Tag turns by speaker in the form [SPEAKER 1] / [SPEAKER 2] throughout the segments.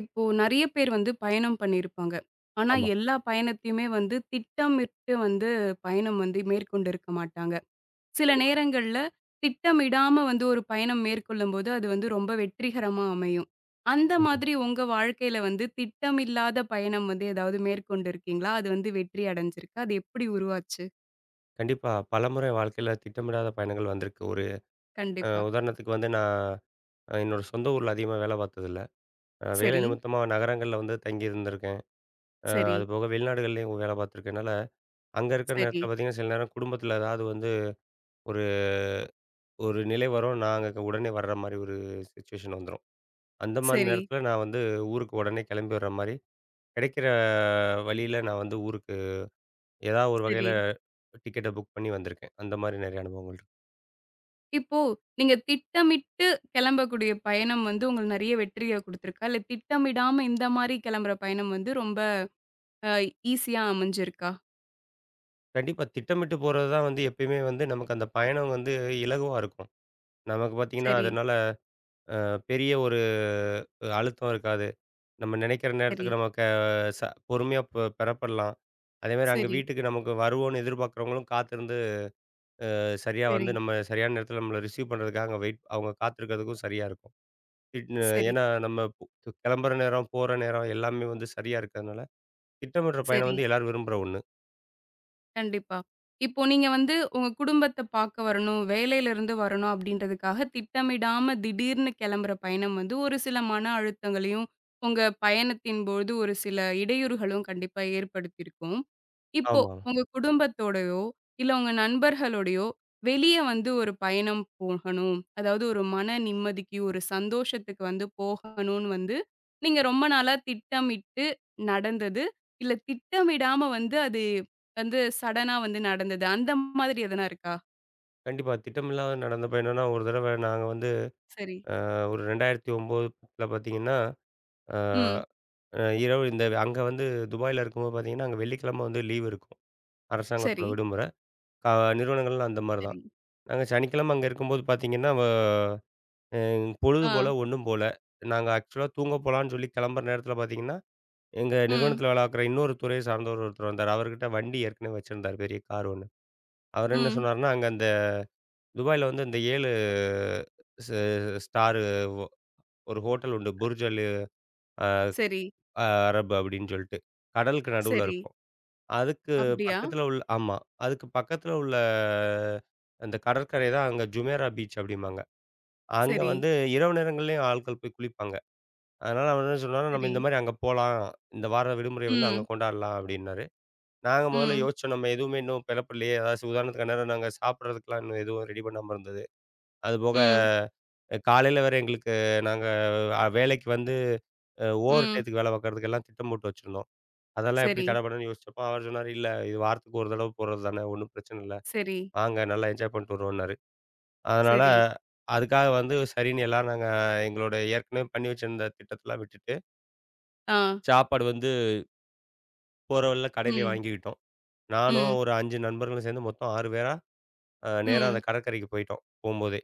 [SPEAKER 1] இப்போ நெறைய பேர் வந்து பயணம் பண்ணியிருப்பாங்க. ஆனா,
[SPEAKER 2] ஆமா.
[SPEAKER 1] எல்லா பயணத்தையுமே வந்து திட்டமிட்டு வந்து பயணம் வந்து மேற்கொண்டிருக்க மாட்டாங்க. சில
[SPEAKER 2] கண்டிப்பா.
[SPEAKER 1] நேரங்கள்ல திட்டமிடாம வந்து ஒரு பயணம் மேற்கொள்ளும்போது, அது வந்து ரொம்ப வெற்றிகரமா அமையும். அந்த
[SPEAKER 2] ம்.
[SPEAKER 1] மாதிரி உங்க வாழ்க்கையில வந்து திட்டமில்லாத பயணம் வந்து ஏதாவது மேற்கொண்டிருக்கீங்களா? அது வந்து வெற்றி அடைஞ்சிருக்கா? அது எப்படி உருவாச்சு?
[SPEAKER 2] கண்டிப்பா. பலமுறை வாழ்க்கையில திட்டமிடாத பயணங்கள் வந்திருக்கு. ஒரு
[SPEAKER 1] கண்டிப்பா.
[SPEAKER 2] உதாரணத்துக்கு வந்து நான் என்னோட சொந்த ஊர்ல அதிகமா வேலை பார்த்ததில்ல. வேலை
[SPEAKER 1] சரி,
[SPEAKER 2] நிமித்தமா நகரங்கள்ல வந்து தங்கி இருந்திருக்கேன்.
[SPEAKER 1] சரி,
[SPEAKER 2] அதுபோக வெளிநாடுகள்லயும் வேலை பார்த்துருக்கனால, அங்க இருக்கிற
[SPEAKER 1] சரி, சரி,
[SPEAKER 2] நேரத்தில பார்த்தீங்கன்னா, சில நேரம் குடும்பத்தில ஏதாவது வந்து ஒரு ஒரு நிலை வரும். நான் அங்க உடனே வர்ற மாரி ஒரு சிச்சுவேஷன் வந்துரும். அந்த மாரி
[SPEAKER 1] சரி,
[SPEAKER 2] நேரத்தில நான் வந்து ஊருக்கு உடனே கிளம்பி வர்ற மாரி, கிடைக்கிற வழியில நான் வந்து ஊருக்கு ஏதாவது ஒரு வகையில
[SPEAKER 1] சரி.
[SPEAKER 2] டிக்கெட்ட புக் பண்ணி வந்திருக்கேன். அந்த மாரி நெறைய அனுபவங்கள் இருக்கு.
[SPEAKER 1] இப்போ நீங்க திட்டமிட்டு கிளம்பக்கூடிய பயணம் வந்து உங்களுக்கு நிறைய வெற்றிய குடுத்துருக்கா? இல்ல திட்டமிடாம இந்த மாரி கிளம்புற பயணம் வந்து ரொம்ப அ ஈஸியா அமைஞ்சிருக்கா?
[SPEAKER 2] கண்டிப்பா. திட்டமிட்டு போறது தான் வந்து எப்பயுமே வந்து நமக்கு அந்த பயணம் வந்து இலகுவா இருக்கும். நமக்கு பார்த்தீங்கன்னா,
[SPEAKER 1] சரி,
[SPEAKER 2] அதனால பெரிய ஒரு அழுத்தம் இருக்காது. நம்ம நினைக்கிற
[SPEAKER 1] சரி,
[SPEAKER 2] நேரத்துக்கு நமக்கு பொறுமையா பெறப்படலாம். அதேமாரி அங்க
[SPEAKER 1] சரி,
[SPEAKER 2] வீட்டுக்கு நமக்கு வருவோம்னு எதிர்பார்க்கிறவங்களும் காத்திருந்து சரியா வந்து
[SPEAKER 1] சரி,
[SPEAKER 2] நம்ம சரியான நேரத்தில நம்மள ரிசீவ் பண்ணுறதுக்காக அங்க வெயிட் அவங்க காத்திருக்கிறதுக்கும் சரியா இருக்கும். திட்னு
[SPEAKER 1] சரி,
[SPEAKER 2] ஏன்னா நம்ம கிளம்புற நேரம், போற நேரம் எல்லாமே வந்து சரியா இருக்கிறதுனால, திட்டமிடுற பயணம்
[SPEAKER 1] சரி.
[SPEAKER 2] வந்து எல்லாரும் விரும்புற ஒண்ணு.
[SPEAKER 1] கண்டிப்பா. இப்போ நீங்க வந்து உங்க குடும்பத்த பார்க்க வரணும், வேலையிலிருந்து வரணும் அப்படின்றதுக்காக திட்டமிடாம திடீர்னு கிளம்புற பயணம் வந்து ஒரு சில மன அழுத்தங்களையும், உங்க பயணத்தின் போது ஒரு சில இடையூறுகளும் கண்டிப்பா ஏற்படுத்தியிருக்கும். இப்போ
[SPEAKER 2] ஆமா.
[SPEAKER 1] உங்க குடும்பத்தோடயோ, இல்ல உங்க நண்பர்களோடையோ வெளிய வந்து ஒரு பயணம் போகணும். அதாவது ஒரு மன நிம்மதிக்கு, ஒரு சந்தோஷத்துக்கு வந்து போகணும்னு வந்து நீங்க ரொம்ப நாளா திட்டமிட்டு நடந்தது. இல்ல திட்டமிடாம வந்து அது வந்து சடனா வந்து நடந்தது. அந்த மாதிரி எதனா இருக்கா?
[SPEAKER 2] கண்டிப்பா. திட்டமில்லாத நடந்த பயணம்னா, ஒரு தடவ நாங்க வந்து
[SPEAKER 1] சரி.
[SPEAKER 2] அ ஒரு 2009, 10ல பார்த்தீங்கன்னா, அ
[SPEAKER 1] ம்.
[SPEAKER 2] அ இரவு இந்த அங்க வந்து துபாயில இருக்கும்போது பார்த்தீங்கன்னா, அங்க வெள்ளிக்கிழமை வந்து லீவ் இருக்கும். அரசாங்கத்தோட
[SPEAKER 1] சரி.
[SPEAKER 2] விடுமுறை. கா நிறுவனங்கள்லாம் அந்த மாரி தான்.
[SPEAKER 1] சரி.
[SPEAKER 2] நாங்க சனிக்கிழமை அங்க இருக்கும்போது பார்த்தீங்கன்னா, வ அ பொழுது
[SPEAKER 1] ஆ.
[SPEAKER 2] போல ஒண்ணும் போல. நாங்க ஆக்சுவலா தூங்க போலான்னு சொல்லி கிளம்புற நேரத்தில பார்த்தீங்கன்னா, எங்க
[SPEAKER 1] ம்.
[SPEAKER 2] நிறுவனத்தில வேலை பார்க்குற இன்னொரு துறையை சார்ந்தவர் ஒருத்தர் வந்தாரு. அவர்கிட்ட வண்டி ஏற்கனவே வச்சிருந்தாரு. பெரிய கார் ஒண்ணு. அவர் என்ன
[SPEAKER 1] ம்.
[SPEAKER 2] சொன்னாருன்னா, அங்க அந்த துபாயில வந்து இந்த 7 ஸ் ஸ்டாரு ஒ ஒரு ஹோட்டல் உண்டு. "புர்ஜ் அல்
[SPEAKER 1] சரி,
[SPEAKER 2] அரபு" அப்படின்னு சொல்லிட்டு. கடலுக்கு நடுவுல
[SPEAKER 1] சரி.
[SPEAKER 2] இருக்கும். அதுக்கு
[SPEAKER 1] அப்படியா?
[SPEAKER 2] பக்கத்துல உள்ள ஆமா. அதுக்கு பக்கத்துல உள்ள அந்த கடற்கரை தான் அங்க ஜுமேரா பீச் அப்படிம்பாங்க. அங்க
[SPEAKER 1] சரி,
[SPEAKER 2] வந்து இரவு நேரங்கள்லயும் ஆட்கள் போய் குளிப்பாங்க. அதனால அவர் என்ன சொன்னாரு, "நம்ம
[SPEAKER 1] சரி.
[SPEAKER 2] இந்த மாரி அங்க போலாம். இந்த வார விடுமுறைய வந்து அங்க
[SPEAKER 1] ம்.
[SPEAKER 2] கொண்டாடலாம்" அப்படின்னாரு. நாங்க முதல்ல
[SPEAKER 1] ம்.
[SPEAKER 2] யோசிச்சோம், நம்ம எதுவுமே இன்னும் பெலப்படலையே. அதாவது உதாரணத்துக்கு அந்நேரம் நாங்க சாப்பிடுறதுக்குலாம் இன்னும் எதுவும் ரெடி பண்ணாம இருந்தது. அதுபோக
[SPEAKER 1] ம்.
[SPEAKER 2] காலையில வேற எங்களுக்கு நாங்க வேலைக்கு வந்து ஓவர்
[SPEAKER 1] ம்.
[SPEAKER 2] டயத்துக்கு வேலை பார்க்கறதுக்கெல்லாம் திட்டம் போட்டு வச்சிருந்தோம். அதெல்லாம் எப்படி
[SPEAKER 1] சரி,
[SPEAKER 2] தடை பண்ணணும்னு யோசிச்சப்போ, அவர் சொன்னாரு, "இல்ல இது வாரத்துக்கு ஒரு தடவ போறது தானே, ஒண்ணும் பிரச்சனை இல்ல.
[SPEAKER 1] சரி,
[SPEAKER 2] வாங்க நல்லா என்ஜாய் பண்ணிட்டு வருவோம்னாரு." அதனால
[SPEAKER 1] சரி.
[SPEAKER 2] அதுக்காக வந்து சரின்னு எல்லாரும் நாங்க எங்களோட ஏற்கனவே பண்ணி வச்சிருந்த திட்டத்தலாம் விட்டுட்டு,
[SPEAKER 1] ஆ.
[SPEAKER 2] சாப்பாடு வந்து போற வழில கடையிலேயே
[SPEAKER 1] ம்.
[SPEAKER 2] வாங்கிக்கிட்டோம். நானும்
[SPEAKER 1] ம்.
[SPEAKER 2] ஒரு 5 நண்பர்களும் சேர்ந்து மொத்தம் 6 பேரா நேரா அந்த
[SPEAKER 1] ம்.
[SPEAKER 2] கடற்கரைக்கு போயிட்டோம், போம்போதே.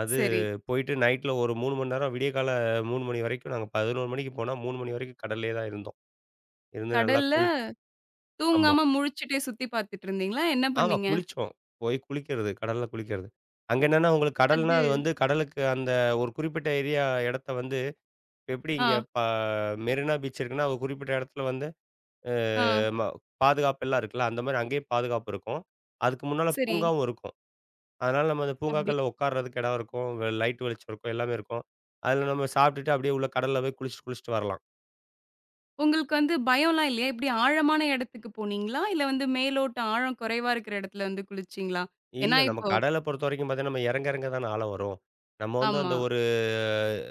[SPEAKER 2] அது
[SPEAKER 1] சரி.
[SPEAKER 2] போயிட்டு நைட்ல ஒரு 3 மணி நேரம் விடியக்காலை 3 மணி வரைக்கும் நாங்க 11 மணிக்கு போனா 3 மணி வரைக்கும் கடல்லயே தான் இருந்தோம். இருந்து நல்லா
[SPEAKER 1] கடல்ல
[SPEAKER 2] ஆமா.
[SPEAKER 1] தூங்காம முழிச்சுட்டே சுத்தி பார்த்துட்டு இருந்தீங்களா? என்ன
[SPEAKER 2] ஆமா.
[SPEAKER 1] பண்ணீங்க?
[SPEAKER 2] குளிச்சோம். போய் குளிக்கிறது. கடல்ல குளிக்கிறது. அங்க என்னன்னா, உங்களுக்கு
[SPEAKER 1] அது
[SPEAKER 2] கடல்னா அது வந்து கடலுக்கு அந்த ஒரு குறிப்பிட்ட ஏரியா இடத்த வந்து இப்ப எப்படி
[SPEAKER 1] ஆ,
[SPEAKER 2] இங்க மெரினா பீச் இருக்குன்னா, ஒரு குறிப்பிட்ட இடத்துல வந்து அ
[SPEAKER 1] ஆ.
[SPEAKER 2] ம பாதுகாப்பு எல்லாம் இருக்குல்ல. அந்த மாரி அங்கேயும் பாதுகாப்பு இருக்கும். அதுக்கு முன்னால
[SPEAKER 1] சரி.
[SPEAKER 2] பூங்காவும் இருக்கும். அதனால நம்ம அந்த
[SPEAKER 1] அப்படி
[SPEAKER 2] பூங்காக்கள்ல உட்கார்றதுக்கு இடம் இருக்கும். லைட் வெளிச்சம் இருக்கும். எல்லாமே இருக்கும். அதுல நம்ம சாப்பிட்டுட்டு அப்படியே உள்ள கடல்ல போய் குளிச்சுட்டு, குளிச்சுட்டு வரலாம்.
[SPEAKER 1] உங்களுக்கு வந்து பயம்லாம் இல்லையா? எப்படி ஆழமான இடத்துக்கு போனீங்களா? இல்ல வந்து மேலோட்ட ஆழம் குறைவா இருக்கிற இடத்துல வந்து குளிச்சீங்களா?
[SPEAKER 2] இல்ல.
[SPEAKER 1] ஏன்னா
[SPEAKER 2] நம்ம
[SPEAKER 1] இப்போ
[SPEAKER 2] கடல பொறுத்தவரைக்கும் பார்த்தீங்கன்னா, நம்ம இறங்க இறங்க தான ஆழம் வரும். நம்ம வந்து அந்த
[SPEAKER 1] ஆமா.
[SPEAKER 2] ஒரு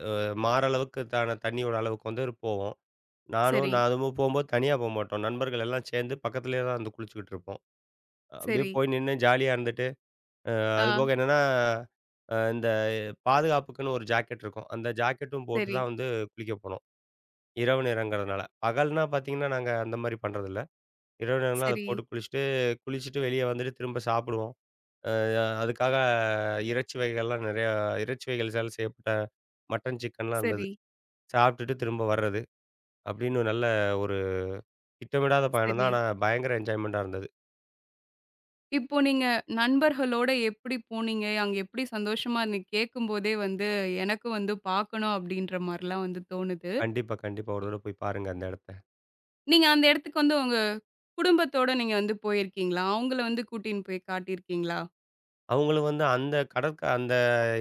[SPEAKER 2] அ மாரளவுக்கு தான தண்ணியோட அளவுக்கு வந்து போவோம். நானும்
[SPEAKER 1] சரி,
[SPEAKER 2] நான் அதுவும் போம்போது தனியா போமாட்டோம். நண்பர்கள் எல்லாம் சேர்ந்து பக்கத்திலேயே தான் வந்து குளிச்சுக்கிட்டு இருப்போம். அப்படியே
[SPEAKER 1] சரி.
[SPEAKER 2] போய் நின்னு ஜாலியா இருந்துட்டு,
[SPEAKER 1] ஆ,
[SPEAKER 2] அதுபோக என்னன்னா, இந்த பாதுகாப்புக்குன்னு ஒரு ஜாக்கெட் இருக்கும். அந்த ஜாக்கெட்டும் போட்டு
[SPEAKER 1] சரி,
[SPEAKER 2] தான் வந்து குளிக்க போனோம். இரவு நேரங்கிறதுனால. பகல்னா பார்த்தீங்கன்னா, நாங்க அந்த மாரி பண்றதில்ல. இரவு நேரம்லாம் அத
[SPEAKER 1] சரி,
[SPEAKER 2] போட்டு குளிச்சுட்டு, குளிச்சுட்டு வெளிய வந்துட்டு திரும்ப சாப்பிடுவோம். அ அதுக்காக இறைச்சி வகைகள்லாம் நெறையா இறைச்சி வகைகள்ஸால் செய்யப்பட்ட மட்டன், சிக்கன்லாம் இருந்தது.
[SPEAKER 1] சரி,
[SPEAKER 2] சாப்பிட்டுட்டு திரும்ப வர்றது. அப்படின்னு நல்ல ஒரு திட்டமிடாத பயணம் தான்.
[SPEAKER 1] சரி.
[SPEAKER 2] ஆனா பயங்கர என்ஜாய்மெண்ட்டா இருந்தது.
[SPEAKER 1] இப்போ நீங்க நண்பர்களோட எப்படி போனீங்க? அங்க எப்படி சந்தோஷமா இருந்தீங்க? கேட்கும்போதே வந்து எனக்கும் வந்து பார்க்கணும் அப்படின்ற மாரிலாம் வந்து தோணுது.
[SPEAKER 2] கண்டிப்பா, கண்டிப்பா. ஒரு தடவ போய் பாருங்க அந்த இடத்த.
[SPEAKER 1] நீங்க அந்த இடத்துக்கு வந்து உங்க குடும்பத்தோட நீங்க வந்து போயிருக்கீங்களா? அவங்கள வந்து கூட்டின்னு போய் காட்டியிருக்கீங்களா?
[SPEAKER 2] அவங்களும் வந்து அந்த கடற்க அந்த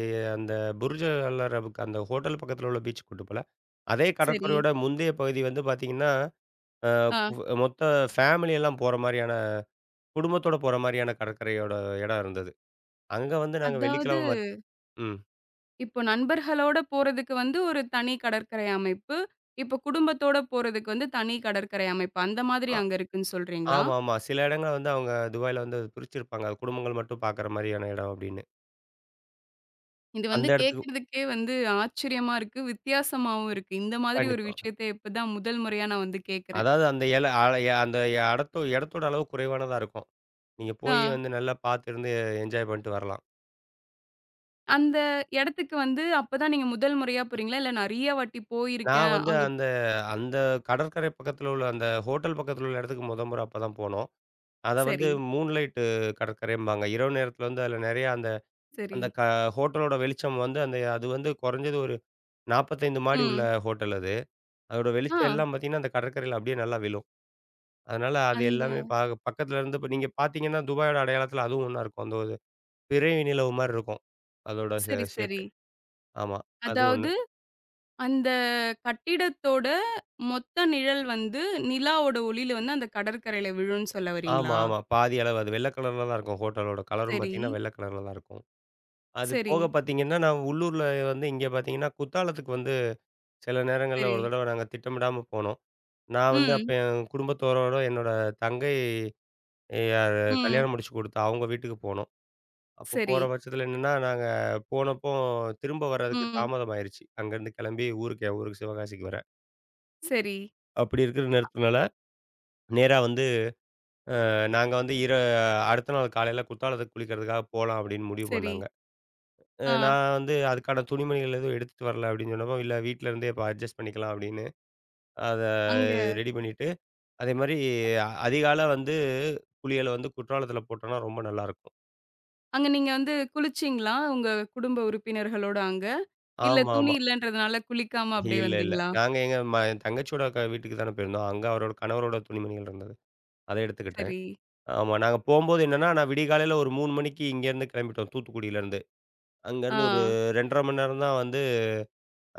[SPEAKER 2] எ அந்த புர்ஜ் அல் அரபுக்கு அந்த ஹோட்டல் பக்கத்தில உள்ள பீச்சுக்கு கூட்டு போல. அதே
[SPEAKER 1] சரி.
[SPEAKER 2] கடற்கரையோட முந்தைய பகுதி வந்து பார்த்தீங்கன்னா, அ
[SPEAKER 1] ஆ
[SPEAKER 2] குவ் மொத்த ஃபேமிலி எல்லாம் போற மாரியான குடும்பத்தோட போற மாரியான கடற்கரையோட இடம் இருந்தது. அங்க வந்து நாங்க
[SPEAKER 1] அதாவது
[SPEAKER 2] வெள்ளிக்கிழமை ம்.
[SPEAKER 1] இப்போ நண்பர்களோட போறதுக்கு வந்து ஒரு தனி கடற்கரை அமைப்பு. இப்போ குடும்பத்தோட போறதுக்கு வந்து தனி கடற்கரை அமைப்பு. அந்த மாதிரி
[SPEAKER 2] அ
[SPEAKER 1] அங்க இருக்குன்னு சொல்றீங்களா?
[SPEAKER 2] ஆமா, ஆமா. சில இடங்கள்ல வந்து அவங்க துபாய்ல வந்து அது பிரிச்சிருப்பாங்க. அது குடும்பங்கள் மட்டும் பார்க்குற மாரியான இடம் அப்படின்னு.
[SPEAKER 1] இது
[SPEAKER 2] அந்த
[SPEAKER 1] வந்து
[SPEAKER 2] இடத்துக்கு
[SPEAKER 1] கேட்கறதுக்கே வந்து ஆச்சரியமா இருக்கு. வித்தியாசமாவும் இருக்கு. இந்த மாதிரி ஒரு
[SPEAKER 2] கண்டிப்பா.
[SPEAKER 1] விஷயத்த இப்பதான் முதல் முறையா நான் வந்து கேட்கிறேன்.
[SPEAKER 2] அதாவது அந்த எல அல அந்த இடத்தோட அளவு குறைவானதா இருக்கும். நீங்க போய்
[SPEAKER 1] ஆ
[SPEAKER 2] வந்து நல்லா பார்த்து இருந்து என்ஜாய் பண்ணிட்டு வரலாம்.
[SPEAKER 1] அந்த இடத்துக்கு வந்து அப்பதான் நீங்க முதல் முறையா போறீங்களா? இல்ல நெறைய வாட்டி
[SPEAKER 2] நான்
[SPEAKER 1] போயிருக்கேன்.
[SPEAKER 2] வந்து
[SPEAKER 1] அங்க
[SPEAKER 2] அந்த அந்த கடற்கரை பக்கத்துல உள்ள அந்த ஹோட்டல் பக்கத்துல உள்ள இடத்துக்கு மொத முறை அப்ப தான் போனோம். அத வந்து
[SPEAKER 1] சரி,
[SPEAKER 2] மூன்லைட் கடற்கரைம்பாங்க. இரவு நேரத்துல வந்து அதுல நெறைய அந்த
[SPEAKER 1] சரி.
[SPEAKER 2] அந்த க ஹோட்டலோட வெளிச்சம் வந்து அந்த அது வந்து குறைஞ்சது ஒரு 45 மாடி உள்ள
[SPEAKER 1] ம்.
[SPEAKER 2] ஹோட்டல் அது. அதோட
[SPEAKER 1] ஆ
[SPEAKER 2] வெளிச்சம் எல்லாம் பார்த்தீங்கன்னா, அந்த கடற்கரையில அப்படியே நல்லா விழும். அதனால அது எல்லாமே
[SPEAKER 1] அந்த
[SPEAKER 2] பக்கத்துல இருந்து இப்ப நீங்க பார்த்தீங்கன்னா, துபாயோட அடையாளத்துல அதுவும் ஒண்ணா இருக்கும். அந்த ஒரு பிறை நிலவு மாரி இருக்கும். அதோட
[SPEAKER 1] சரி, சரி.
[SPEAKER 2] ஷேப்பே. ஆமா. அது ஒண்ணு.
[SPEAKER 1] அதாவது அந்த கட்டிடத்தோட மொத்த நிழல் வந்து நிலாவோட ஒளியில வந்து அந்த கடற்கரையில விழும்ன்னு சொல்ல
[SPEAKER 2] ஆமா,
[SPEAKER 1] வரீங்களா?
[SPEAKER 2] ஆமா. பாதி அளவு அது வெள்ள கலர்ல தான் இருக்கும். ஹோட்டலோட கலரும்
[SPEAKER 1] சரி,
[SPEAKER 2] பார்த்தீங்கன்னா, வெள்ள கலர்ல தான் இருக்கும். அது
[SPEAKER 1] சரி,
[SPEAKER 2] போக பார்த்தீங்கன்னா, நான் உள்ளூர்ல வந்து இங்க பார்த்தீங்கன்னா, குத்தாலத்துக்கு வந்து சில நேரங்கள்ல
[SPEAKER 1] சரி.
[SPEAKER 2] ஒரு தடவ நாங்க திட்டமிடாம போனோம். நான் வந்து அப்ப
[SPEAKER 1] ம்,
[SPEAKER 2] என் குடும்பத்தோரோட என்னோட தங்கை
[SPEAKER 1] ம்.
[SPEAKER 2] கல்யாணம் முடிச்சு குடுத்தா அவங்க வீட்டுக்கு போனோம். அப்போ
[SPEAKER 1] சரி.
[SPEAKER 2] போற பட்சத்துல என்னன்னா, நாங்க போனப்போ திரும்ப வர்றதுக்கு
[SPEAKER 1] ம்.
[SPEAKER 2] தாமதம் ஆயிருச்சு. அங்கருந்து கெளம்பி ஊருக்கு என் ஊருக்கு சிவகாசிக்கு வர.
[SPEAKER 1] சரி,
[SPEAKER 2] அப்படி இருக்கிற நேரத்தினால, நேரா வந்து நாங்க வந்து அடுத்த நாள் காலையில குத்தாலத்துக்கு குளிக்கிறதுக்காக போலாம் அப்படின்னு முடிவு
[SPEAKER 1] சரி.
[SPEAKER 2] பண்ணாங்க.
[SPEAKER 1] ஆ.
[SPEAKER 2] நான் வந்து அதுக்கான துணிமணிகள் எதுவும் எடுத்துட்டு வரல அப்படின்னு சொன்னப்போ, "இல்ல வீட்லருந்தே இப்ப அட்ஜஸ்ட் பண்ணிக்கலாம்" அப்படின்னு அத
[SPEAKER 1] அங்க
[SPEAKER 2] ரெடி பண்ணிட்டு, அதே மாரி அதிகாலை வந்து குளியல வந்து குற்றாலத்தில போட்டோம்னா ரொம்ப நல்லாயிருக்கும்.
[SPEAKER 1] அங்க நீங்க வந்து குளிச்சீங்களா? உங்க குடும்ப உறுப்பினர்களோட அங்க? இல்ல துணி
[SPEAKER 2] ஆமாமா.
[SPEAKER 1] இல்லன்றதுனால குளிக்காம அப்படியே
[SPEAKER 2] இல்ல, இல்ல.
[SPEAKER 1] வந்தீங்களா?
[SPEAKER 2] நாங்க எங்க ம என் தங்கச்சியோட வீட்டுக்கு தானே போயிருந்தோம். அங்க அவரோட கணவரோட துணிமணிகள் இருந்தது. அத எடுத்துக்கிட்டேன்.
[SPEAKER 1] சரி.
[SPEAKER 2] ஆமா, நாங்க போம்போது என்னன்னா, நான் விடிகாலையில ஒரு 3 மணிக்கு இங்கேருந்து கிளம்பிட்டோம் தூத்துக்குடியிலருந்து.
[SPEAKER 1] ஆ.
[SPEAKER 2] அங்கேருந்து ஒரு 2 1/2 மணி நேரம் தான் வந்து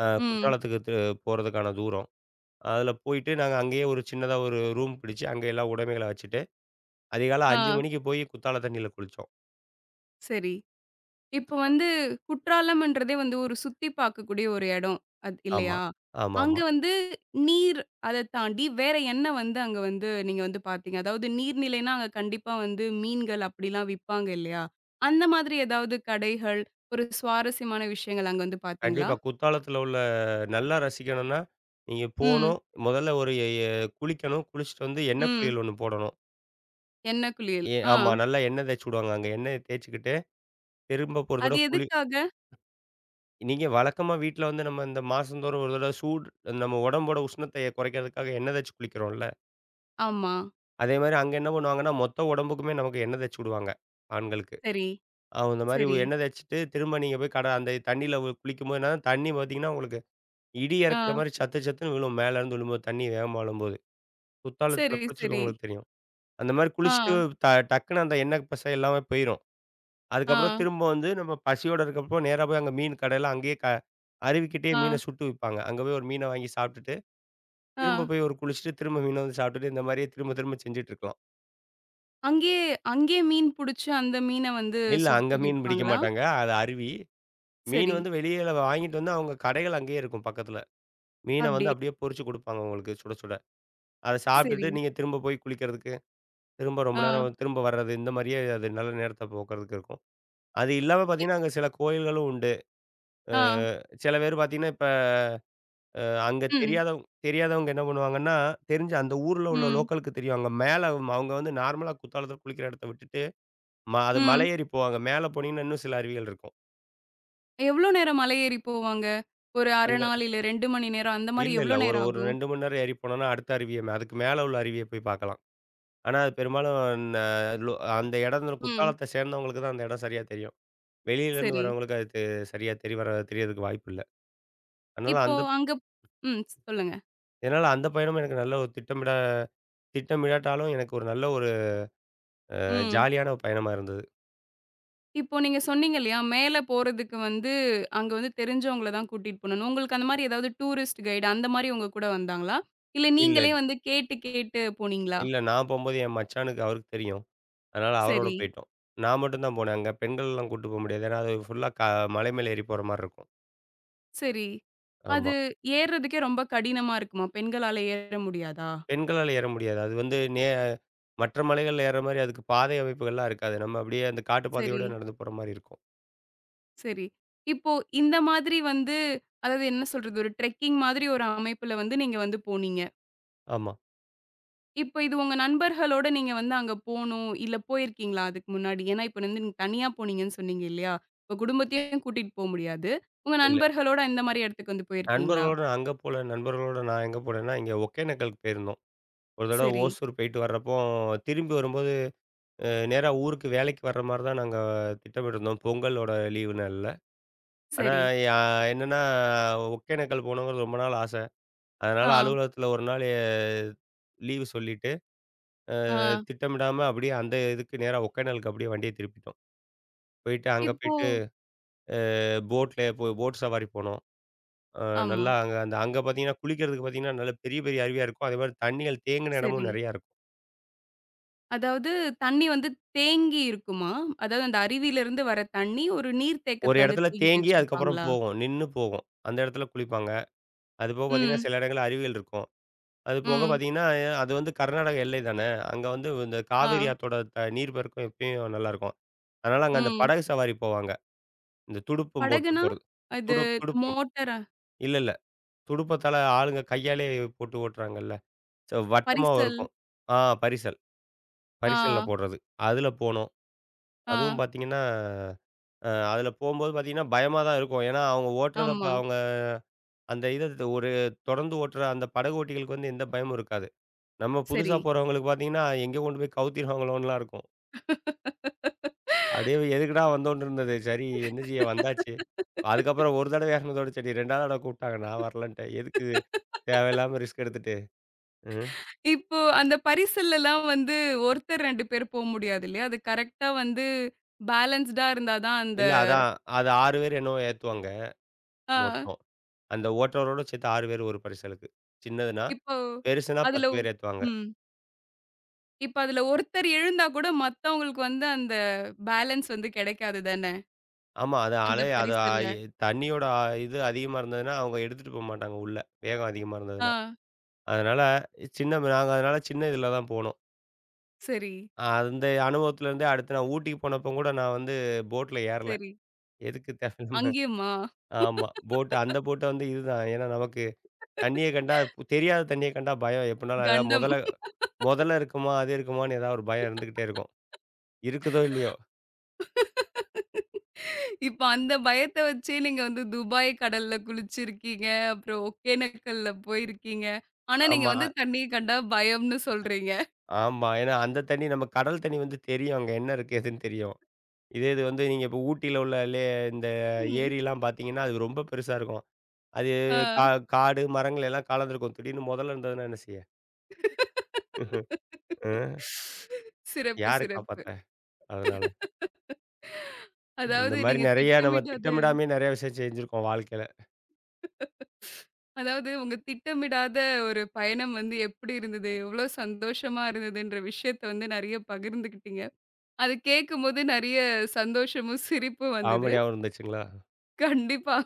[SPEAKER 1] ம்.
[SPEAKER 2] குற்றாலத்துக்கு போறதுக்கான தூரம். அதில போயிட்டு நாங்க அங்கேயே ஒரு சின்னதா ஒரு ரூம் பிடிச்சு, அங்க எல்லா உடைமைகள வச்சுட்டு, அதிகாலை 5
[SPEAKER 1] ஆ.
[SPEAKER 2] மணிக்கு போய் குத்தால தண்ணீல குளிச்சோம்.
[SPEAKER 1] சரி. இப்ப வந்து குற்றாலம்ன்றதே வந்து ஒரு சுத்தி பார்க்கக்கூடிய ஒரு இடம். அது
[SPEAKER 2] ஆமா.
[SPEAKER 1] இல்லையா?
[SPEAKER 2] ஆமாமா.
[SPEAKER 1] அங்க வந்து நீர் அத தாண்டி வேற என்ன வந்து அங்க வந்து நீங்க வந்து பார்த்தீங்க? அதாவது நீர்நிலைன்னா அங்க கண்டிப்பா வந்து மீன்கள் அப்படிலாம் விப்பாங்க இல்லையா? அந்த மாதிரி ஏதாவது கடைகள், ஒரு சுவாரஸ்யமான விஷயங்கள் அங்க வந்து பார்த்தீங்களா?
[SPEAKER 2] கண்டிப்பா. குத்தாலத்தில உள்ள நல்லா ரசிக்கணும்னா, நீங்க
[SPEAKER 1] ம்.
[SPEAKER 2] போணும். முதல்ல ஒரு எ எ குளிக்கணும். குளிச்சுட்டு வந்து எண்ணெய்
[SPEAKER 1] ம்.
[SPEAKER 2] குளியல் ஒண்ணு போடணும்.
[SPEAKER 1] எண்ணெய் குளியல்.
[SPEAKER 2] ஏ
[SPEAKER 1] ஆ.
[SPEAKER 2] ஆமா. நல்லா எண்ணெய் தேய்ச்சு விடுவாங்க. அங்க எண்ணெய தேய்ச்சுக்கிட்டு, திரும்ப ஒரு
[SPEAKER 1] அது
[SPEAKER 2] தடவ
[SPEAKER 1] எதுக்காக?
[SPEAKER 2] நீங்க வழக்கமா வீட்ல வந்து நம்ம இந்த மாசந்தோறும் ஒரு தடவ சூடு நம்ம உடம்போட உஷ்ணத்த குறைக்கிறதுக்காக எண்ணெய் தேய்ச்சு குளிக்கிறோம்ல.
[SPEAKER 1] ஆமா.
[SPEAKER 2] அதேமாரி அங்க என்ன பண்ணுவாங்கன்னா, மொத்த உடம்புக்குமே நமக்கு எண்ணெய் தேய்ச்சு விடுவாங்க. ஆண்களுக்கு.
[SPEAKER 1] சரி,
[SPEAKER 2] அந்த மாரி
[SPEAKER 1] சரி.
[SPEAKER 2] எண்ணெய் தேய்ச்சுட்டு, திரும்ப நீங்க போய் அந்த தண்ணீல குளிக்கும்போது என்னன்னா, தண்ணி பார்த்தீங்கன்னா, உங்களுக்கு இடி
[SPEAKER 1] ஆ.
[SPEAKER 2] இறக்குற மாரி சத்து சத்துன்னு விழும். மேலேருந்து விழும்போது, தண்ணி வேகமா விழும்போது. குத்தாலத்தில
[SPEAKER 1] சரி, சரி.
[SPEAKER 2] குளிச்சிருக்கவங்களுக்கு தெரியும். அந்த மாரி
[SPEAKER 1] ஆ.
[SPEAKER 2] குளிச்சுட்டு டக்குனு அந்த எண்ணெய் பசை எல்லாமே போயிரும்.
[SPEAKER 1] ஆ.
[SPEAKER 2] அதுக்கப்புறம் திரும்ப வந்து நம்ம பசியோட இருக்கப்போ நேரா போய் அங்க மீன் கடையில அங்கேயே அருவிக்கிட்டயே
[SPEAKER 1] ஆ.
[SPEAKER 2] மீன சுட்டு விப்பாங்க. அங்க போய் ஒரு மீன வாங்கி சாப்பிட்டுட்டு,
[SPEAKER 1] ஆ.
[SPEAKER 2] திரும்ப போய் ஒரு குளிச்சுட்டு, திரும்ப மீன வந்து சாப்பிட்டுட்டு, இந்த மாரியே திரும்ப திரும்ப செஞ்சுட்டு இருக்கலாம்.
[SPEAKER 1] அங்கேயே அங்கேயே மீன் புடிச்சு, அந்த மீன வந்து
[SPEAKER 2] இல்ல அங்க
[SPEAKER 1] சுட்டு
[SPEAKER 2] மீன் பிடிக்க
[SPEAKER 1] விப்பாங்களா?
[SPEAKER 2] மாட்டாங்க. அது அருவி. மீன்
[SPEAKER 1] சரி.
[SPEAKER 2] வந்து வெளியில வாங்கிட்டு வந்து அவங்க கடைகள் அங்கேயே இருக்கும் பக்கத்துல. மீன வந்து
[SPEAKER 1] அப்டி.
[SPEAKER 2] அப்படியே பொரிச்சு குடுப்பாங்க உங்களுக்கு சுட சுட. அத
[SPEAKER 1] சரி.
[SPEAKER 2] சாப்பிட்டுட்டு நீங்க திரும்ப போய் குளிக்கிறதுக்கு, திரும்ப ரொம்ப
[SPEAKER 1] ஆ.
[SPEAKER 2] நேரம் திரும்ப வர்றது இந்த மாரியே அது நல்ல நேரத்த போக்குறதுக்கு இருக்கும். அது இல்லாம
[SPEAKER 1] இ
[SPEAKER 2] பார்த்தீங்கன்னா, அங்க சில கோயில்களும் உண்டு. அ
[SPEAKER 1] ஆ.
[SPEAKER 2] சில பேர் பார்த்தீங்கன்னா, இப்ப அங்க
[SPEAKER 1] ம்.
[SPEAKER 2] தெரியாதவங்க என்ன பண்ணுவாங்கன்னா, தெரிஞ்ச அந்த ஊர்ல உள்ள
[SPEAKER 1] ம்.
[SPEAKER 2] லோக்கலுக்கு தெரியும். அங்க மேல அவங்க அவங்க வந்து நார்மலா குத்தாலத்துல குளிக்கிற இடத்த விட்டுட்டு, அது மலை
[SPEAKER 1] ம்.
[SPEAKER 2] ஏறி போவாங்க. மேல போனீங்கன்னா இன்னும் சில அருவிகள் இருக்கும்.
[SPEAKER 1] எவ்ளோ நேரம் மலை ஏறி போவாங்க? ஒரு 1/2
[SPEAKER 2] அங்க
[SPEAKER 1] நாள் இல்ல 2 மணி நேரம் அந்த மாரி
[SPEAKER 2] இல்ல, இல்ல.
[SPEAKER 1] எவ்ளோ
[SPEAKER 2] ஒரு
[SPEAKER 1] நேரம்
[SPEAKER 2] ஒரு
[SPEAKER 1] ஆகும்?
[SPEAKER 2] 2 மணி நேரம் ஏறி போனோம்னா, அடுத்த அருவிய அதுக்கு மேல உள்ள அருவிய போய் பார்க்கலாம். ஆனா அது பெரும்பாலும் ந லோ அந்த இடம்ங்கிற
[SPEAKER 1] ம்.
[SPEAKER 2] குத்தாலத்த சேர்ந்தவங்களுக்கு தான் அந்த இடம் சரியா தெரியும். வெளியிலேருந்து
[SPEAKER 1] சரி.
[SPEAKER 2] வரவங்களுக்கு அது சரியா தெரியறதுக்கு வாய்ப்பு இல்ல. அதனால
[SPEAKER 1] இப்போ
[SPEAKER 2] அந்த
[SPEAKER 1] அங்க ம். சொல்லுங்க.
[SPEAKER 2] அதனால அந்த பயணம் எனக்கு நல்ல ஒரு திட்டமிடாட்டாலும் எனக்கு ஒரு நல்ல ஒரு
[SPEAKER 1] ம்.
[SPEAKER 2] ஜாலியான பயணமா இருந்தது.
[SPEAKER 1] இப்போ நீங்க சொன்னீங்க இல்லையா? மேல போறதுக்கு வந்து அங்க வந்து தெரிஞ்சவங்கள தான் கூட்டிட்டு போணும்னு. உங்களுக்கு அந்த மாரி ஏதாவது டூரிஸ்ட் கைடு அந்த மாரி உங்க கூட வந்தாங்களா? இல்ல
[SPEAKER 2] இல்ல.
[SPEAKER 1] நீங்களே வந்து கேட்டு கேட்டு போனீங்களா?
[SPEAKER 2] இல்ல நான் போம்போது என் மச்சானுக்கு அவருக்கு தெரியும். அதனால அவரோட
[SPEAKER 1] சரி.
[SPEAKER 2] போயிட்டோம். நான் மட்டும் தான் போனேன். அங்க பெண்கள்லாம் கூட்டு போ முடியாது. ஏன்னா அது ஃபுல்லா மலை மேல ஏறி போற மாரி இருக்கும்.
[SPEAKER 1] சரி.
[SPEAKER 2] ஆமா.
[SPEAKER 1] அது ஏறுறதுக்கே ரொம்ப கடினமா இருக்குமா? பெண்களால ஏற முடியாதா?
[SPEAKER 2] பெண்களால ஏற முடியாது. அது வந்து மற்ற மலைகள்ல ஏறுற மாரி அதுக்கு பாதை அமைப்புகள்லாம் இருக்காது. நம்ம அப்படியே அந்த காட்டு
[SPEAKER 1] சரி,
[SPEAKER 2] பாதையோட நடந்து போற மாரி இருக்கும்.
[SPEAKER 1] சரி. இப்போ இந்த மாதிரி வந்து அதாவது என்ன சொல்றது? ஒரு ட்ரெக்கிங் மாதிரி ஒரு அமைப்புல வந்து நீங்க வந்து போனீங்க.
[SPEAKER 2] ஆமா.
[SPEAKER 1] இப்போ இது உங்க நண்பர்களோட நீங்க வந்து அங்க போணும், இல்ல போயிருக்கீங்களா அதுக்கு முன்னாடி? ஏன்னா இப்ப வந்து நீங்க தனியா போனீங்கன்னு சொன்னீங்க இல்லையா? உங்க குடும்பத்தையும் கூட்டிட்டு போ முடியாது. உங்க
[SPEAKER 2] இல்ல.
[SPEAKER 1] நண்பர்களோட இந்த மாரி இடத்துக்கு வந்து போயிருக்கீங்களா?
[SPEAKER 2] நண்பர்களோட நான் அங்க போல. நண்பர்களோட நான் எங்க போனேன்னா, இங்க ஒகேனக்கலுக்கு போயிருந்தோம். ஒரு தடவ
[SPEAKER 1] சரி,
[SPEAKER 2] ஓசூர் போயிட்டு வர்றப்போ, திரும்பி வரும்போது நேரா ஊருக்கு வேலைக்கு வர்ற மாரி தான் நாங்க திட்டமிட்டிருந்தோம். பொங்கலோட லீவு நாள்ல. ஆனா,
[SPEAKER 1] சரி.
[SPEAKER 2] யா என்னன்னா ஒகேனக்கல் போகணுங்கிறது ரொம்ப நாள் ஆசை. அதனால
[SPEAKER 1] ஆ,
[SPEAKER 2] அலுவலகத்தில ஒரு நாள் லீவு சொல்லிட்டு,
[SPEAKER 1] ஆ.
[SPEAKER 2] திட்டமிடாம அப்படியே அந்த இதுக்கு நேரா ஒகேனலுக்கு அப்படியே வண்டிய திருப்பிட்டோம். போயிட்டு அங்க
[SPEAKER 1] இப்போ
[SPEAKER 2] போயிட்டு அ போட்ல போய் போட் சவாரி போனோம். அ
[SPEAKER 1] ஆமா.
[SPEAKER 2] நல்லா அங்க அங்க பார்த்தீங்கன்னா, குளிக்கிறதுக்கு பார்த்தீங்கன்னா, நல்ல பெரிய பெரிய அருவியா இருக்கும். அதே மாரி தண்ணிகள் தேங்கின இடமும்
[SPEAKER 1] சரி.
[SPEAKER 2] நெறையா இருக்கும்.
[SPEAKER 1] அதாவது தண்ணி வந்து தேங்கி இருக்குமா? அதாவது அந்த அருவியிலிருந்து வர தண்ணி ஒரு நீர்
[SPEAKER 2] ஒரு
[SPEAKER 1] தேக்கத்துல வந்து
[SPEAKER 2] இடத்துல
[SPEAKER 1] தேக்கி
[SPEAKER 2] தேங்கி அதுக்கப்புறம்
[SPEAKER 1] வச்சிருப்பாங்களா?
[SPEAKER 2] போகும். நின்னு போகும். அந்த இடத்துல குளிப்பாங்க. அதுபோக பார்த்தீங்கன்னா,
[SPEAKER 1] ம்,
[SPEAKER 2] சில இடங்கள்ல அருவிகள் இருக்கும். அது போக
[SPEAKER 1] ம்,
[SPEAKER 2] பார்த்தீங்கன்னா, அது வந்து கர்நாடக எல்லை தான. அங்க வந்து இந்த
[SPEAKER 1] ஆ,
[SPEAKER 2] காவேரி ஆத்தோட நீர் பெருக்கம் எப்பயும் நல்லாருக்கும். அதனால அங்க அந்த
[SPEAKER 1] ம்.
[SPEAKER 2] படகு சவாரி போவாங்க. இந்த துடுப்பும் போட்டு
[SPEAKER 1] படகுனா?
[SPEAKER 2] போறது.
[SPEAKER 1] அது
[SPEAKER 2] துடுப்பும்.
[SPEAKER 1] மோட்டரா?
[SPEAKER 2] இல்ல, இல்ல. துடுப்பத்தால ஆளுங்க கையாலேயே போட்டு ஓட்டுறாங்கல்ல. சோ வட்டமா
[SPEAKER 1] பரிசல்?
[SPEAKER 2] இருக்கும். ஆ பரிசல். பரிசல்ல
[SPEAKER 1] ஆ,
[SPEAKER 2] போடுறது. அதுல போனோம்.
[SPEAKER 1] ஆ,
[SPEAKER 2] அதுவும் பார்த்தீங்கன்னா, அதுல போம்போது பார்த்தீங்கன்னா, பயமா தான் இருக்கும். ஏன்னா அவங்க ஓட்டுறதப்ப
[SPEAKER 1] ஆமா.
[SPEAKER 2] அவங்க அந்த இத ஒரு தொடர்ந்து ஓட்டுற அந்த படகோட்டிகளுக்கு வந்து எந்த பயமும் இருக்காது. நம்ம
[SPEAKER 1] சரி.
[SPEAKER 2] புதுசா போறவங்களுக்கு பார்த்தீங்கன்னா, எங்கே கொண்டு போய் கவுத்திருவாங்களோன்னுலாம் இருக்கும். அப்படியே எதுக்குடா வந்தோம்ன்னு இருந்தது. சரி என்னச்சி வந்தாச்சு. அதுக்கப்புறம் ஒரு தடவை ஏறுனதோட சரி 2வது தடவை கூப்பிட்டாங்க. நான் வரலன்ட்டேன். எதுக்கு தேவையில்லாம ரிஸ்க் எடுத்துட்டு. ம்.
[SPEAKER 1] இப்போ அந்த பரிசல்லலாம் வந்து ஒருத்தர் 2 பேர் போ முடியாது இல்லையா? அது கரெக்ட்டா வந்து பேலன்ஸ்டா இருந்தா தான் அந்த
[SPEAKER 2] இல்ல அதான். அது 6 பேர் என்னவோ ஏத்துவாங்க
[SPEAKER 1] ஆ
[SPEAKER 2] மொத்தம். அந்த ஓட்டுறவரோட சேர்த்து 6 பேர் ஒரு பரிசலுக்கு. சின்னதுன்னா,
[SPEAKER 1] இப்போ
[SPEAKER 2] பெருசுனா
[SPEAKER 1] அதுல
[SPEAKER 2] 10
[SPEAKER 1] உ-
[SPEAKER 2] பேர் ஏத்துவாங்க.
[SPEAKER 1] ம். இப்ப அதுல ஒருத்தர் எழுந்தா கூட மத்தவங்களுக்கு வந்து அந்த பேலன்ஸ் வந்து கிடைக்காது தானே!
[SPEAKER 2] ஆமா. அது
[SPEAKER 1] அந்த
[SPEAKER 2] அலை அது ஆ-
[SPEAKER 1] பரிசல்ல.
[SPEAKER 2] எ தண்ணியோட இது அதிகமா இருந்ததுன்னா, அவங்க எடுத்துட்டு போமாட்டாங்க உள்ள. வேகம் அதிகமா
[SPEAKER 1] ஆ
[SPEAKER 2] இருந்ததுன்னா. அதனால சின்ன நாங்க அதனால சின்ன இதுல தான் போனோம்.
[SPEAKER 1] சரி,
[SPEAKER 2] அந்த அனுபவத்துலேருந்தே அடுத்து நான் ஊட்டிக்கு போனப்போ கூட நான் வந்து போட்ல ஏறல.
[SPEAKER 1] சரி.
[SPEAKER 2] எதுக்கு தேவையில்லாம
[SPEAKER 1] அங்கேயுமா?
[SPEAKER 2] ஆமா. அந்த போட்ட வந்து இதுதான். ஏன்னா நமக்கு தண்ணிய கண்டா தெரியாத தண்ணிய கண்டா பயம். எப்படினாலும் அதாவது
[SPEAKER 1] கண்டம்.
[SPEAKER 2] முதல முதல இருக்குமா, அது இருக்குமான்னு ஏதாவது ஒரு பயம் இருந்துகிட்டே இருக்கும். இருக்குதோ இல்லையோ.
[SPEAKER 1] இப்ப அந்த பயத்த வச்சே நீங்க வந்து துபாய் கடல்ல குளிச்சிருக்கீங்க. அப்புறம் ஒகேனக்கல்ல போயிருக்கீங்க. ஆனா நீங்க
[SPEAKER 2] ஆமா.
[SPEAKER 1] வந்து தண்ணிய கண்டா பயம்ன்னு சொல்றீங்க.
[SPEAKER 2] ஆமா. ஏன்னா அந்த தண்ணி நம்ம கடல் தண்ணி வந்து தெரியும். அங்க என்ன இருக்கு ஏதுன்னு தெரியும். இதே இது வந்து நீங்க இப்போ ஊட்டியில உள்ள இந்த
[SPEAKER 1] ம்.
[SPEAKER 2] ஏரிலாம் பார்த்தீங்கன்னா, அது ரொம்ப பெருசா இருக்கும். அது கா
[SPEAKER 1] ஆ.
[SPEAKER 2] காடு, மரங்கள் எல்லாம் கலந்திருக்கும். திடீர்னு முதல இருந்ததுன்னா என்ன செய்ய? ம்ஹ்ம். அ.
[SPEAKER 1] சிறப்பு,
[SPEAKER 2] யாரு
[SPEAKER 1] சிறப்பு.
[SPEAKER 2] காப்பாத்த? அதனால. இந்த
[SPEAKER 1] அதாவது
[SPEAKER 2] மாரி
[SPEAKER 1] நீங்க
[SPEAKER 2] நெறைய நம்ம
[SPEAKER 1] திட்டமிட்டு
[SPEAKER 2] திட்டமிடாமயே நெறைய விஷயம் செஞ்சிருக்கோம் வாழ்க்கையில.
[SPEAKER 1] அதாவது உங்க திட்டமிடாத ஒரு பயணம் வந்து எப்படி இருந்தது? எவ்ளோ சந்தோஷமா இருந்ததுன்ற விஷயத்த வந்து நெறைய பகிர்ந்துக்கிட்டீங்க. அது கேட்கும்போது நெறைய சந்தோஷமும், சிரிப்பும் வந்தது.
[SPEAKER 2] காமெடியாவும் இருந்துச்சுங்களா?
[SPEAKER 1] கண்டிப்பா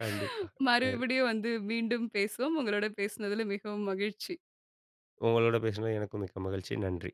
[SPEAKER 2] கண்டிப்பா. சரி.
[SPEAKER 1] மறுபடியும் வந்து மீண்டும் பேசுவோம். உங்களோட பேசுனதுல மிகவும் மகிழ்ச்சி.
[SPEAKER 2] உங்களோட பேசினது எனக்கும் மிக்க மகிழ்ச்சி. நன்றி.